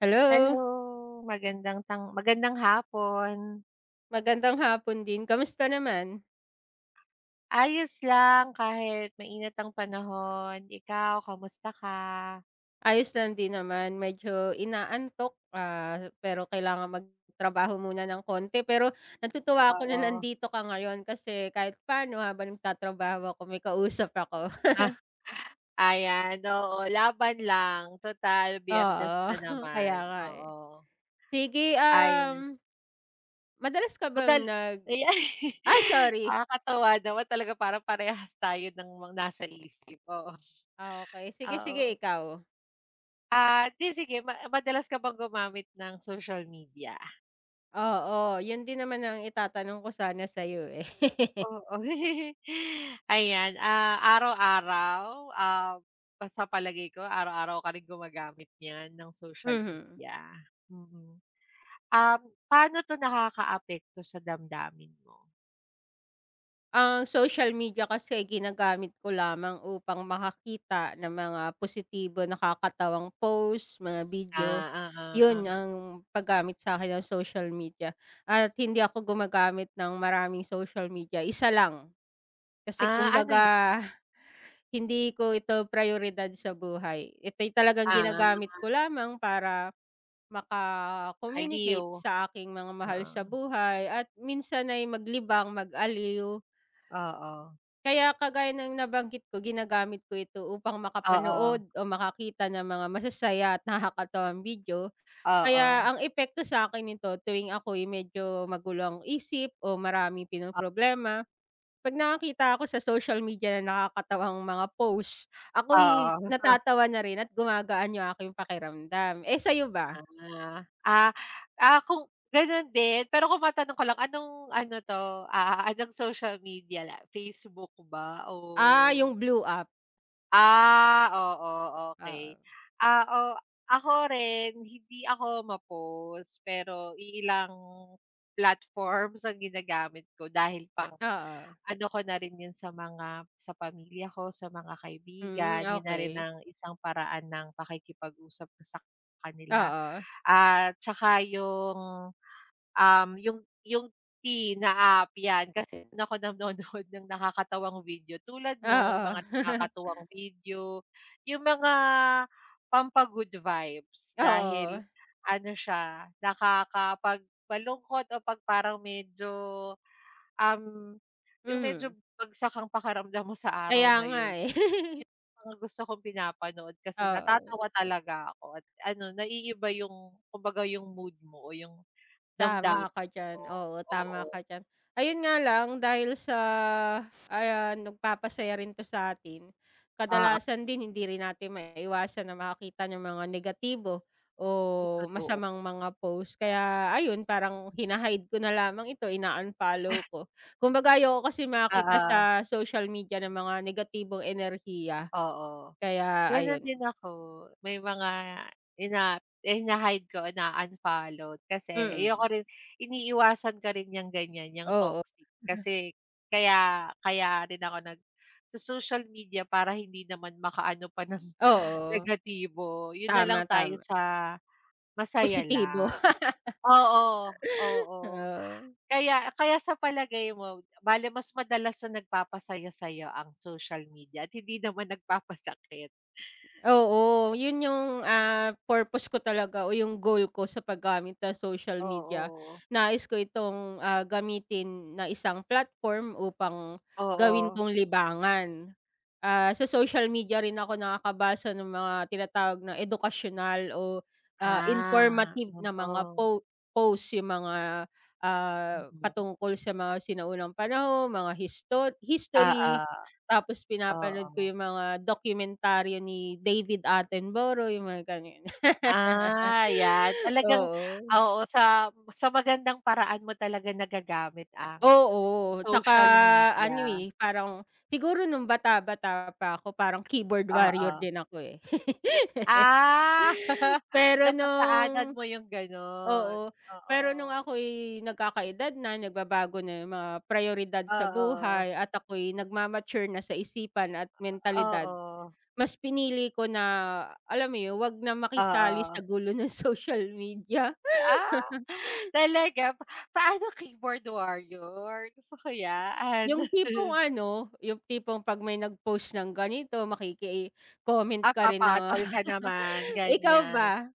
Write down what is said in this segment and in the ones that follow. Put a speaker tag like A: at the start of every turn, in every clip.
A: Hello,
B: Hello, magandang hapon.
A: magandang hapon din. Kamusta naman?
B: Ayos lang kahit mainit ang panahon. Ikaw, kamusta ka?
A: Ayos lang din naman, medyo inaantok, pero kailangan magtrabaho muna ng konti. Pero natutuwa ako na
B: Oo.
A: nandito ka ngayon kasi kahit paano habang nagtatrabaho ako may kausap ako.
B: Ah, ayan, oo, laban lang. Total Biyernes
A: Oo,
B: na
A: kaya
B: naman,
A: nga, eh.
B: oo.
A: Sige,
B: Ayan,
A: madalas ka bang
B: madal ayan.
A: ah, sorry.
B: Nakakatuwa naman talaga para parehas tayo ng mga nasa isip, oo.
A: Ah, okey. Sige, sige,
B: Oo.
A: ikaw.
B: Ah, 'di sige madalas ka bang gumamit ng social media?
A: Oo, yun din naman ang itatanong ko sana sa'yo, eh.
B: Oo. Ayan, araw-araw, ah, sa palagay ko araw-araw ka rin gumagamit niyan ng social
A: Mhm.
B: media, mm. Um, paano 'to nakakaapekto sa damdamin mo?
A: Ang social media kasi ginagamit ko lamang upang makakita ng mga positibo, nakakatawang post, mga video.
B: Ah, ah
A: Yun
B: ah
A: ang paggamit sa akin ng social media, at hindi ako gumagamit ng maraming social media, isa lang. Kasi
B: Ah, ah ano yun?
A: kumbaga hindi ko ito prioridad sa buhay. Ito talagang
B: Ah,
A: ginagamit ko lamang para
B: aliw.
A: maka-communicate sa aking mga mahal
B: Oo.
A: sa buhay at minsan ay maglibang, mag-aliw.
B: Oo.
A: Kaya kagaya ng nabanggit ko, ginagamit ko ito upang
B: Oo.
A: makapanood o makakita ng mga masasaya at nakakatawang video. Kaya
B: Oo.
A: ang epekto sa akin nito, tuwing ako'y medyo magulo ang isip o maraming
B: O
A: pinoproblema, 'pag nakakita ako sa social media na nakakatawang mga posts,
B: oo.
A: ako'y
B: Oo.
A: natatawa na rin at gumagaan yung aking pakiramdam. Eh, sa'yo ba?
B: Ah, ah, kung gano'n din, pero kung matanong ko lang ano 'to, anong social media Facebook ba o
A: Ah, yung blue app,
B: ah, oo,
A: oo.
B: okey. Ah, o ako rin hindi ako ma-post, pero iilang platforms ang ginagamit ko dahil pang
A: Oo.
B: ano ko na rin 'yun sa sa pamilya ko, sa mga
A: Hmm,
B: kaibigan, 'yun na rin
A: okay.
B: ang isang paraan ng pakikipag-usap ko sa kanila.
A: Oo.
B: At saka yung, um, yung yung tea na app 'yan kasi do'n ako nanonood ng nakakatawang video tulad mo, yung
A: Oo.
B: mga nakakatuwang video, yung mga pampagood vibes
A: Oo.
B: dahil ano siya, nakakapagpalungkot o 'pag parang medyo, um, yung medyo
A: Mhm.
B: bagsak ang pakiramdam mo sa araw
A: Kaya
B: na
A: nga,
B: 'yun
A: eh.
B: mga gusto kong pinapanood kasi
A: Oo,
B: natatawa talaga ako at ano, naiiba yung kumbaga yung mood mo o yung
A: tama
B: damdamin
A: ka
B: mo.
A: diyan, oo,
B: Oo,
A: tama ka diyan. Ayun nga lang, dahil sa, ayan, nagpapasaya rin 'to sa atin,
B: oo,
A: kadalasan din hindi rin natin maiwasan na makakita ng mga negatibo o
B: yung totoo.
A: masamang mga post. Kaya ayun, parang hina ko na lamang ito, ina-unfollow ko. Kumbaga ayoko kasi makita sa
B: Oo,
A: social media ng mga negatibong enerhiya,
B: oo.
A: kaya
B: Gano'n
A: ayun.
B: din ako, may mga hina-hide ko na unfollow kasi
A: Mm,
B: ayoko rin iniiwasan ko rin yang ganyan, yang
A: oo,
B: toxic kasi kaya kaya rin ako nag sa social media para hindi naman makaano pa ng
A: oo,
B: negatibo. Yun na lang
A: tama,
B: tayo
A: tama.
B: sa masaya
A: Positibo.
B: lang. Oo, oo.
A: Oo.
B: Kaya kaya sa palagay mo, bale mas madalas na nagpapasaya sa'yo ang social media at hindi naman nagpapasakit?
A: Oo, yun yung, purpose ko talaga o yung goal ko sa paggamit ng social media.
B: Oo,
A: Nais ko itong, gamitin na isang platform upang gawin
B: oo.
A: kong libangan. Ah, sa social media rin ako nakakabasa ng mga tinatawag na edukasyonal o,
B: Ah,
A: informative na mga
B: oo.
A: post, yung mga,
B: Mm.
A: patungkol sa mga sinaunang panahon, mga history.
B: Oo,
A: Tapos pinapanood ko
B: oo.
A: yung mga dokumentaryo ni David Attenborough, yung mga gano'n.
B: Ah, 'yan. Talagang
A: Oo.
B: oo, sa magandang paraan mo talaga nagagamit ang
A: Oo, tsaka
B: social
A: ano,
B: media.
A: eh, parang siguro nung bata-bata pa ako parang keyboard warrior
B: Oo.
A: din ako, eh.
B: Ah,
A: Pero
B: napagdaanan
A: nung
B: mo yung gano'n.
A: Oo, pero nung
B: Oo,
A: ako'y nagkakaedad na, nagbabago na yung mga prayoridad sa
B: oo,
A: buhay at ako'y nagmamature na sa isipan at mentalidad.
B: oo,
A: Mas pinili ko na, alam mo yun, wag na makisali
B: oo.
A: sa gulo ng social media.
B: Ah, talaga? Paano keyboard warrior? Gusto ko 'yan.
A: Yung tipong 'pag may nag-post ng ganito, makiki-comment
B: Ah,
A: ka rin na
B: papatol ka naman,
A: ikaw
B: ganiyan.
A: ba?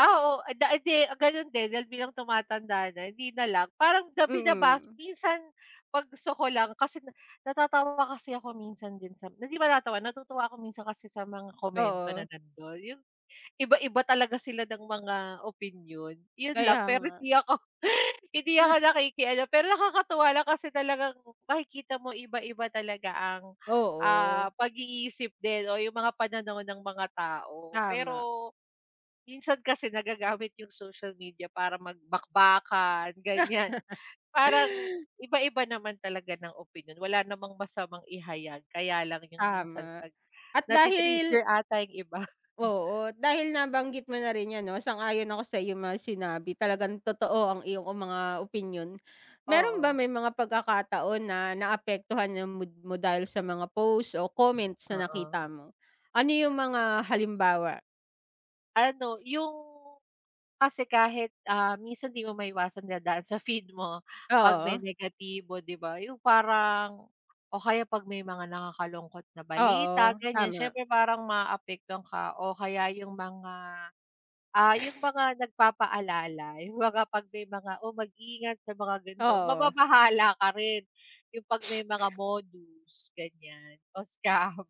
B: Oo, da hindi, gano'n din dahil bilang tumatanda na hindi na lang parang da binabas
A: Mm,
B: minsan 'pag gusto ko lang kasi na natatawa kasi ako minsan din sa hindi ba natatawa, natutuwa ako minsan kasi sa mga komento na
A: oo,
B: nando'n yung iba-iba talaga sila ng mga opinyon, 'yun lang.
A: kaya
B: Pero
A: nga.
B: hindi ako hindi ako nakikialam, pero nakakatuwa lang kasi talagang makikita mo iba-iba talaga ang,
A: Oo,
B: pag-iisip din o yung mga pananaw ng mga tao.
A: tama.
B: Pero minsan kasi nagagamit yung social media para magbakbakan, ganyan parang iba-iba naman talaga ng opinyon, wala namang masamang ihayag, kaya lang yung minsan
A: Tama.
B: 'pag
A: At
B: nati
A: dahil
B: ata yung iba.
A: Oo, dahil nabanggit mo na rin 'yan, 'no, sang-ayon ako sa iyong mga sinabi. Talagang totoo ang iyong mga opinyon. Meron ba
B: Oo,
A: May mga pagkakataon na naapektuhan ang mood mo dahil sa mga posts o comments na
B: oo.
A: nakita mo? Ano yung mga halimbawa?
B: Ano, yung kasi kahit, minsan 'di mo maiwasan dadaan sa feed mo 'pag may
A: Oo,
B: negatibo, 'di ba? Yung parang o kaya 'pag may mga nakakalungkot na balita,
A: oo,
B: ganyan.
A: tama.
B: Siyempre parang maaapektuhan ka o kaya yung mga, yung mga nagpapaalala, yung mga 'pag may mga, "Oh, mag-ingat sa mga ganito."
A: Oo,
B: Mababahala ka rin, yung 'pag may mga modus, ganyan o scam.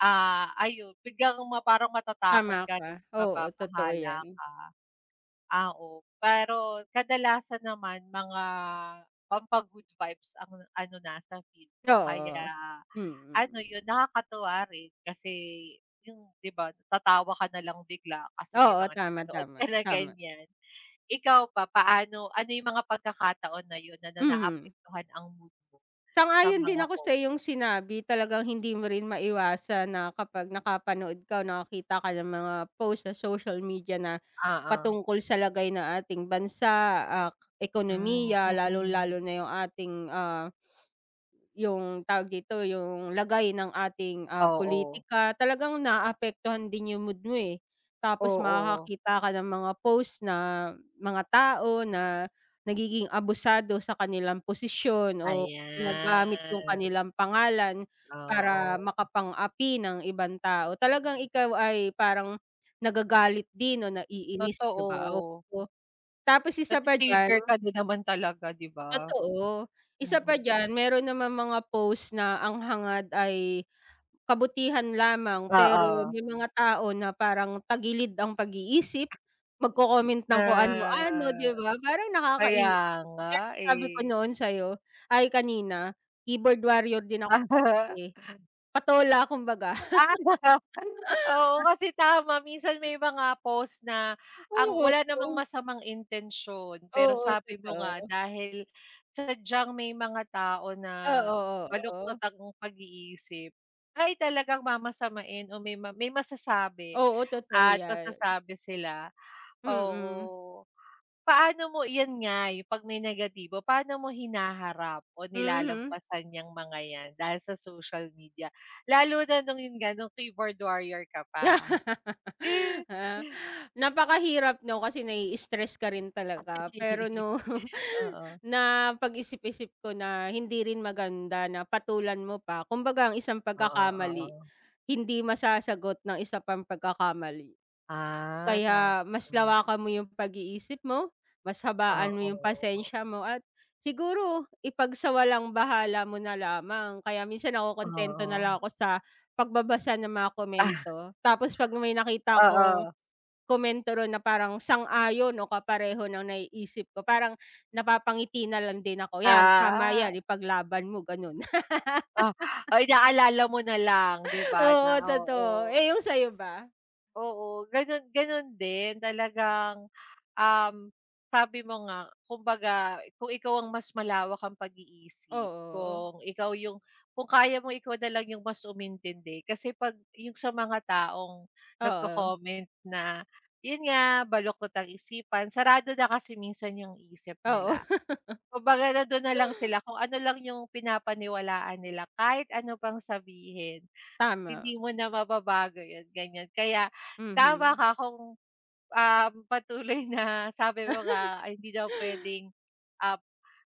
B: Ah, ayun biglang ma parang matatakot
A: tama
B: ka
A: ka.
B: rin,
A: Oo, totoo
B: mababahala
A: 'yan.
B: ka, ah, oo. Pero kadalasan naman mga pampa-good vibes ang ano nasa feed ko kaya
A: Oo,
B: ano
A: mm.
B: yun nakakatuwa rin kasi yung 'di ba tatawa ka na lang bigla kasi may
A: Oo,
B: mga
A: tama,
B: napanood
A: tama,
B: ka na
A: tama.
B: ganyan. Ikaw ba paano ano yung mga pagkakataon na yun na na
A: Mhm.
B: naapektuhan ang mood mo sa
A: Sang-ayon din
B: mga
A: ako sa iyong
B: post?
A: sinabi. Talagang hindi mo rin maiwasan na kapag nakapanood ka o nakakita ka ng mga post sa social media na
B: Oo,
A: patungkol sa lagay ng ating bansa, ah,
B: hmm,
A: ekonomiya, lalo lalo
B: mm.
A: na yung ating, yung tawag dito, yung lagay ng ating,
B: Oo.
A: pulitika, talagang naaapektuhan din yung mood mo, eh. Tapos
B: Oo,
A: makakakita ka ng mga post na mga tao na nagiging abusado sa kanilang posisyon o ginagamit yung
B: ayan,
A: kanilang pangalan para
B: oo,
A: makapang-api ng ibang tao. Talagang ikaw ay parang nagagalit din o naiinis, 'di ba?
B: totoo.
A: Oo. Tapos isa pa diyan
B: Nati-trigger ka din naman talaga 'di ba?
A: Totoo. Isa pa
B: Mm,
A: diyan, meron naman mga post na ang hangad ay kabutihan lamang, pero
B: oo,
A: may mga tao na parang tagilid ang pag-iisip, magko-comment ng kung ano-ano,
B: ah,
A: 'di ba? Parang
B: kaya
A: nakakainis.
B: nga,
A: Kaya sabi ko
B: eh.
A: noon sa'yo ay kanina, keyboard warrior din ako dati, eh. Patola kumbaga.
B: Ah. Oo, kasi tama minsan may mga post na ang
A: Oo,
B: wala namang masamang intensyon, pero
A: oo,
B: sabi mo nga
A: totoo.
B: dahil sadyang may mga tao na
A: Oo,
B: baluktot
A: oo.
B: ang pag-iisip, ay talagang mamasamain o may ma may masasabi
A: Oo, totoo
B: at
A: 'yan.
B: masasabi sila,
A: Mm.
B: oo. Paano mo 'yan nga, yung 'pag may negatibo, paano mo hinaharap o
A: Mhm.
B: nilalampasan yang mga 'yan dahil sa social media? Lalo na nung yun nga, nung keyboard warrior ka pa. Eh.
A: Ah, napakahirap, 'no, kasi nai-stress ka rin talaga. Pero no,
B: Oo,
A: na pag isip isip ko na hindi rin maganda na patulan mo pa. Kumbaga ang isang
B: oo, oo.
A: pagkakamali, hindi masasagot ng isa pang pagkakamali.
B: Ah, tama.
A: Kaya mas lawakan mo yung pag-iisip mo, mas habaan mo yung
B: Oo,
A: pasensya mo, at siguro ipagsawalang-bahala mo na lamang. Kaya minsan nakokontento na
B: oo.
A: lang ako sa pagbabasa ng mga
B: Ah,
A: komento. Tapos 'pag may nakita akong
B: oo.
A: komento ro'n na parang sang-ayon o kapareho ng naiisip ko, parang napapangiti na lang din ako, "Yan, tama
B: Ah,
A: yan, ipaglaban mo." Gano'n.
B: oh, oh, inaalala mo na lang 'di ba na
A: Oo,
B: oo.
A: totoo. Eh, yung sa'yo ba?
B: Oo, gano'n gano'n din talagang, um, sabi mo nga kumbaga kung ikaw ang mas malawak ang pag-iisip,
A: Oo.
B: kung ikaw yung kung kaya mo ikaw na lang yung mas umintindi kasi 'pag yung sa mga taong
A: Oo.
B: nagko-comment na, yun nga baluktot ang isipan, sarado na kasi minsan yung isip
A: Oo.
B: nila. Kumbaga nandun na lang sila kung ano lang yung pinapaniwalaan nila kahit ano pang sabihin.
A: Tama.
B: Hindi mo na mababago yun, ganyan. Kaya tama
A: Mhm.
B: ka kung, patuloy na sabi mo ka ay hindi daw puwedeng, ah,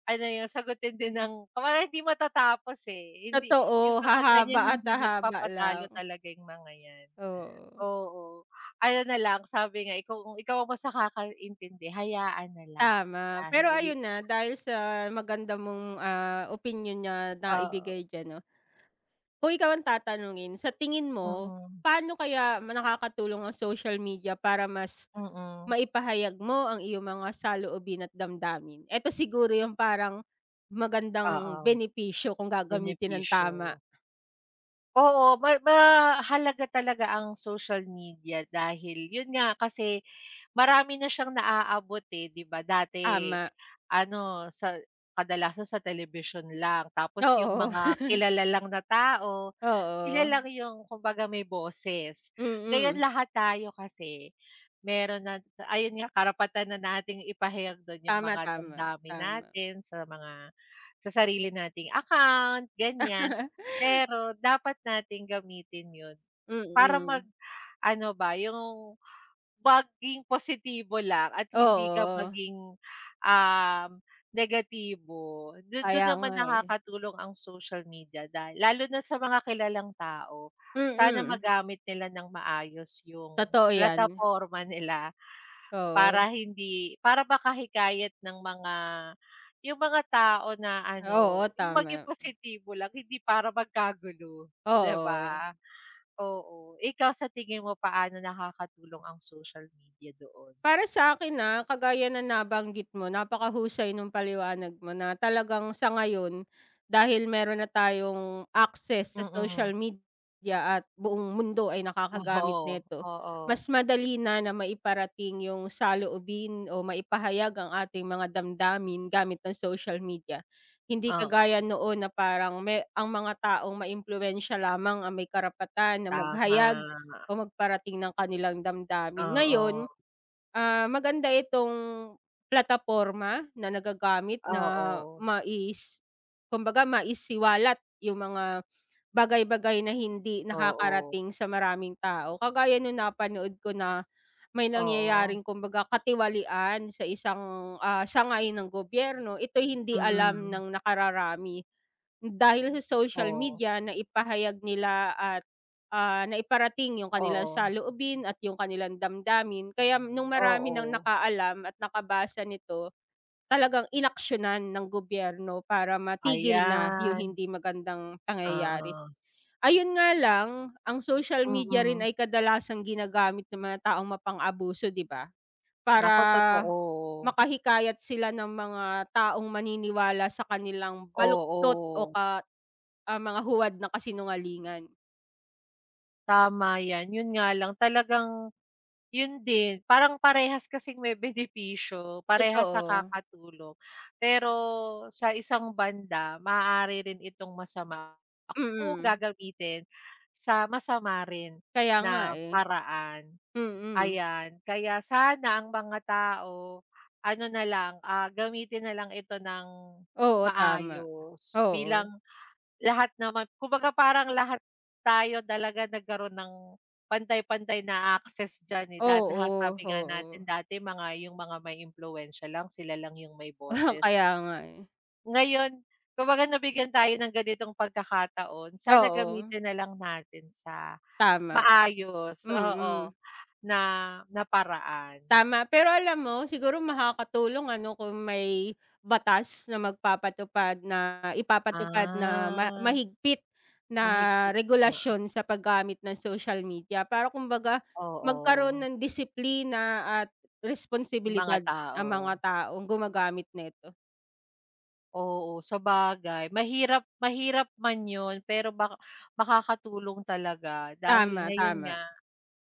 B: ano yung sagutin din ng kumbaga hindi matatapos, eh. Hindi yung
A: Totoo,
B: mga
A: hahaba
B: ganyan
A: at
B: hindi
A: hahaba
B: nagpapatalo
A: lang,
B: talaga yung mga yan.
A: oo,
B: Oo, ano na lang sabi nga ikaw, kung ikaw ang mas nakakaintindi hayaan na lang
A: tama. Pero
B: dahil
A: ayun na, dahil sa maganda mong, opinion niya na
B: oo,
A: ibigay diyan, 'no. Kung ikaw ang tatanungin, sa tingin mo,
B: mm,
A: paano kaya nakakatulong ang social media para mas
B: mm,
A: maipahayag mo ang iyong mga saloobin at damdamin? Eto siguro yung parang magandang
B: oo,
A: benepisyo kung gagamitin ng
B: benepisyo.
A: tama,
B: Oo, mahalaga talaga ang social media dahil yun nga kasi, marami na siyang naaabot, eh, 'di ba? Dati
A: tama.
B: ano, kadalasan sa telebisyon lang tapos yung
A: Oo,
B: mga kilala lang na tao, sila
A: oo,
B: lang yung kumbaga may boses. Ngayon
A: mm.
B: lahat tayo kasi meron na ayun nga karapatan na nating ipahayag dun yung
A: Tama,
B: mga
A: tama,
B: damdamin
A: tama.
B: natin sa mga sa sarili nating account, ganyan. Pero dapat nating gamitin yun para mag
A: Mm,
B: ano ba, yung maging positibo lang at hindi ka
A: oo.
B: maging, um, negatibo. Dun dun
A: Kaya nga,
B: naman
A: eh.
B: nakakatulong ang social media dahil lalo na sa mga kilalang tao. Sana
A: Mm,
B: magamit nila ng maayos yung
A: totoo 'yan.
B: plataporma nila
A: Oo,
B: para hindi para makahikayat ng mga yung mga tao na
A: oo,
B: ano, yung maging
A: tama.
B: positibo lang hindi para magkagulo, 'di
A: Oo.
B: ba? Oo, ikaw sa tingin mo paano nakakatulong ang social media doon?
A: Para sa akin, na kagaya na nabanggit mo, napakahusay nung paliwanag mo, na talagang sa ngayon, dahil meron na tayong access sa
B: Mm.
A: social media at buong mundo ay nakakagamit
B: Oo,
A: nito,
B: oo.
A: mas madali na na maiparating yung saloobin o maipahayag ang ating mga damdamin gamit ng social media. Hindi
B: Oo,
A: kagaya noon na parang ang mga taong maimpluwensiya lamang ang may karapatan na maghayag
B: tama.
A: o magparating ng kanilang damdamin.
B: Oo,
A: Ngayon, maganda itong plataporma na nagagamit na
B: oo,
A: kumbaga maisiwalat yung mga bagay-bagay na hindi
B: oo,
A: nakakarating sa maraming tao. Kagaya nung napanood ko na may
B: oo,
A: nangyayaring kumbaga katiwalian sa isang, sangay ng gobyerno, ito hindi alam
B: mm.
A: ng nakararami. Dahil sa social
B: Oh,
A: media na ipahayag nila at, naiparating yung kanilang
B: oo,
A: saloobin at yung kanilang damdamin. Kaya nung marami ng
B: oo.
A: nakaalam at nakabasa nito, talagang inaksiyunan ng gobyerno para matigil na yung
B: Ayan,
A: hindi magandang pangyayari.
B: oo,
A: Ayun nga lang, ang social media rin
B: mm.
A: ay kadalasang ginagamit ng mga taong mapang-abuso, 'di ba? Para
B: Naku totoo,
A: makahikayat sila ng mga taong maniniwala sa kanilang baluktot o
B: oo.
A: mga huwad na kasinungalingan.
B: Tama 'yan, 'yun nga lang talagang 'yun din, parang parehas kasing may benepisyo, parehas
A: Totoo,
B: nakakatulong. Pero sa isang banda maaari rin itong masama kung
A: mm.
B: gagamitin sa masama rin
A: Kaya nga,
B: na
A: eh,
B: paraan.
A: mm.
B: Ayan, kaya sana ang mga tao ano na lang, gamitin na lang ito ng
A: Oo, tama.
B: maayos
A: Oo,
B: bilang lahat naman kumbaga parang lahat tayo talaga nagkaroon ng pantay-pantay na access diyan, eh, da da
A: oo,
B: sabi nga natin
A: oo.
B: dati mga yung mga may impluwensiya lang, sila lang yung may boses.
A: Kaya nga, eh.
B: Ngayon, kumbaga nabigyan tayo ng ganitong pagkakataon, sana
A: Oo,
B: gamitin na lang natin sa
A: tama,
B: maayos, oo,
A: mm.
B: na na paraan.
A: Tama, pero alam mo siguro makakatulong ano kung may batas na magpapatupad na ipapatupad na
B: Ah,
A: mahigpit na
B: mahigpit,
A: regulasyon sa paggamit ng social media para kumbaga
B: oo,
A: magkaroon
B: oo,
A: ng disiplina at
B: yung mga
A: responsibilidad ang mga
B: tao.
A: taong gumagamit nito.
B: Oo, sabagay. Mahirap mahirap man 'yun, pero bak makakatulong talaga dahil
A: Tama,
B: ngayon
A: tama.
B: nga,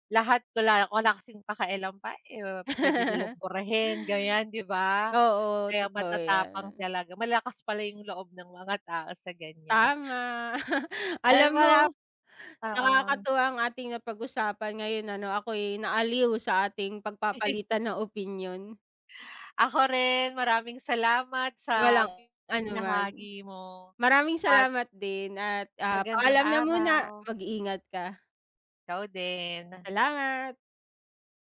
B: lahat wala wala kasing pakialam pa, eh, pwede nilang burahin, ganyan, 'di ba?
A: Oo,
B: Kaya
A: totoo yan.
B: matatapang talaga. Malakas pala yung loob ng mga tao sa ganyan.
A: Tama.
B: Ay,
A: Alam mo,
B: mara oo.
A: nakakatuwa ang ating napag-usapan ngayon, ano, ako'y naaliw sa ating pagpapalitan ng opinyon.
B: Ako rin, maraming salamat sa
A: Walang anuman.
B: binahagi mo
A: Maraming
B: at
A: salamat din at,
B: magandang
A: paalam na muna.
B: araw.
A: Mag-iingat ka.
B: Ciao din.
A: Salamat.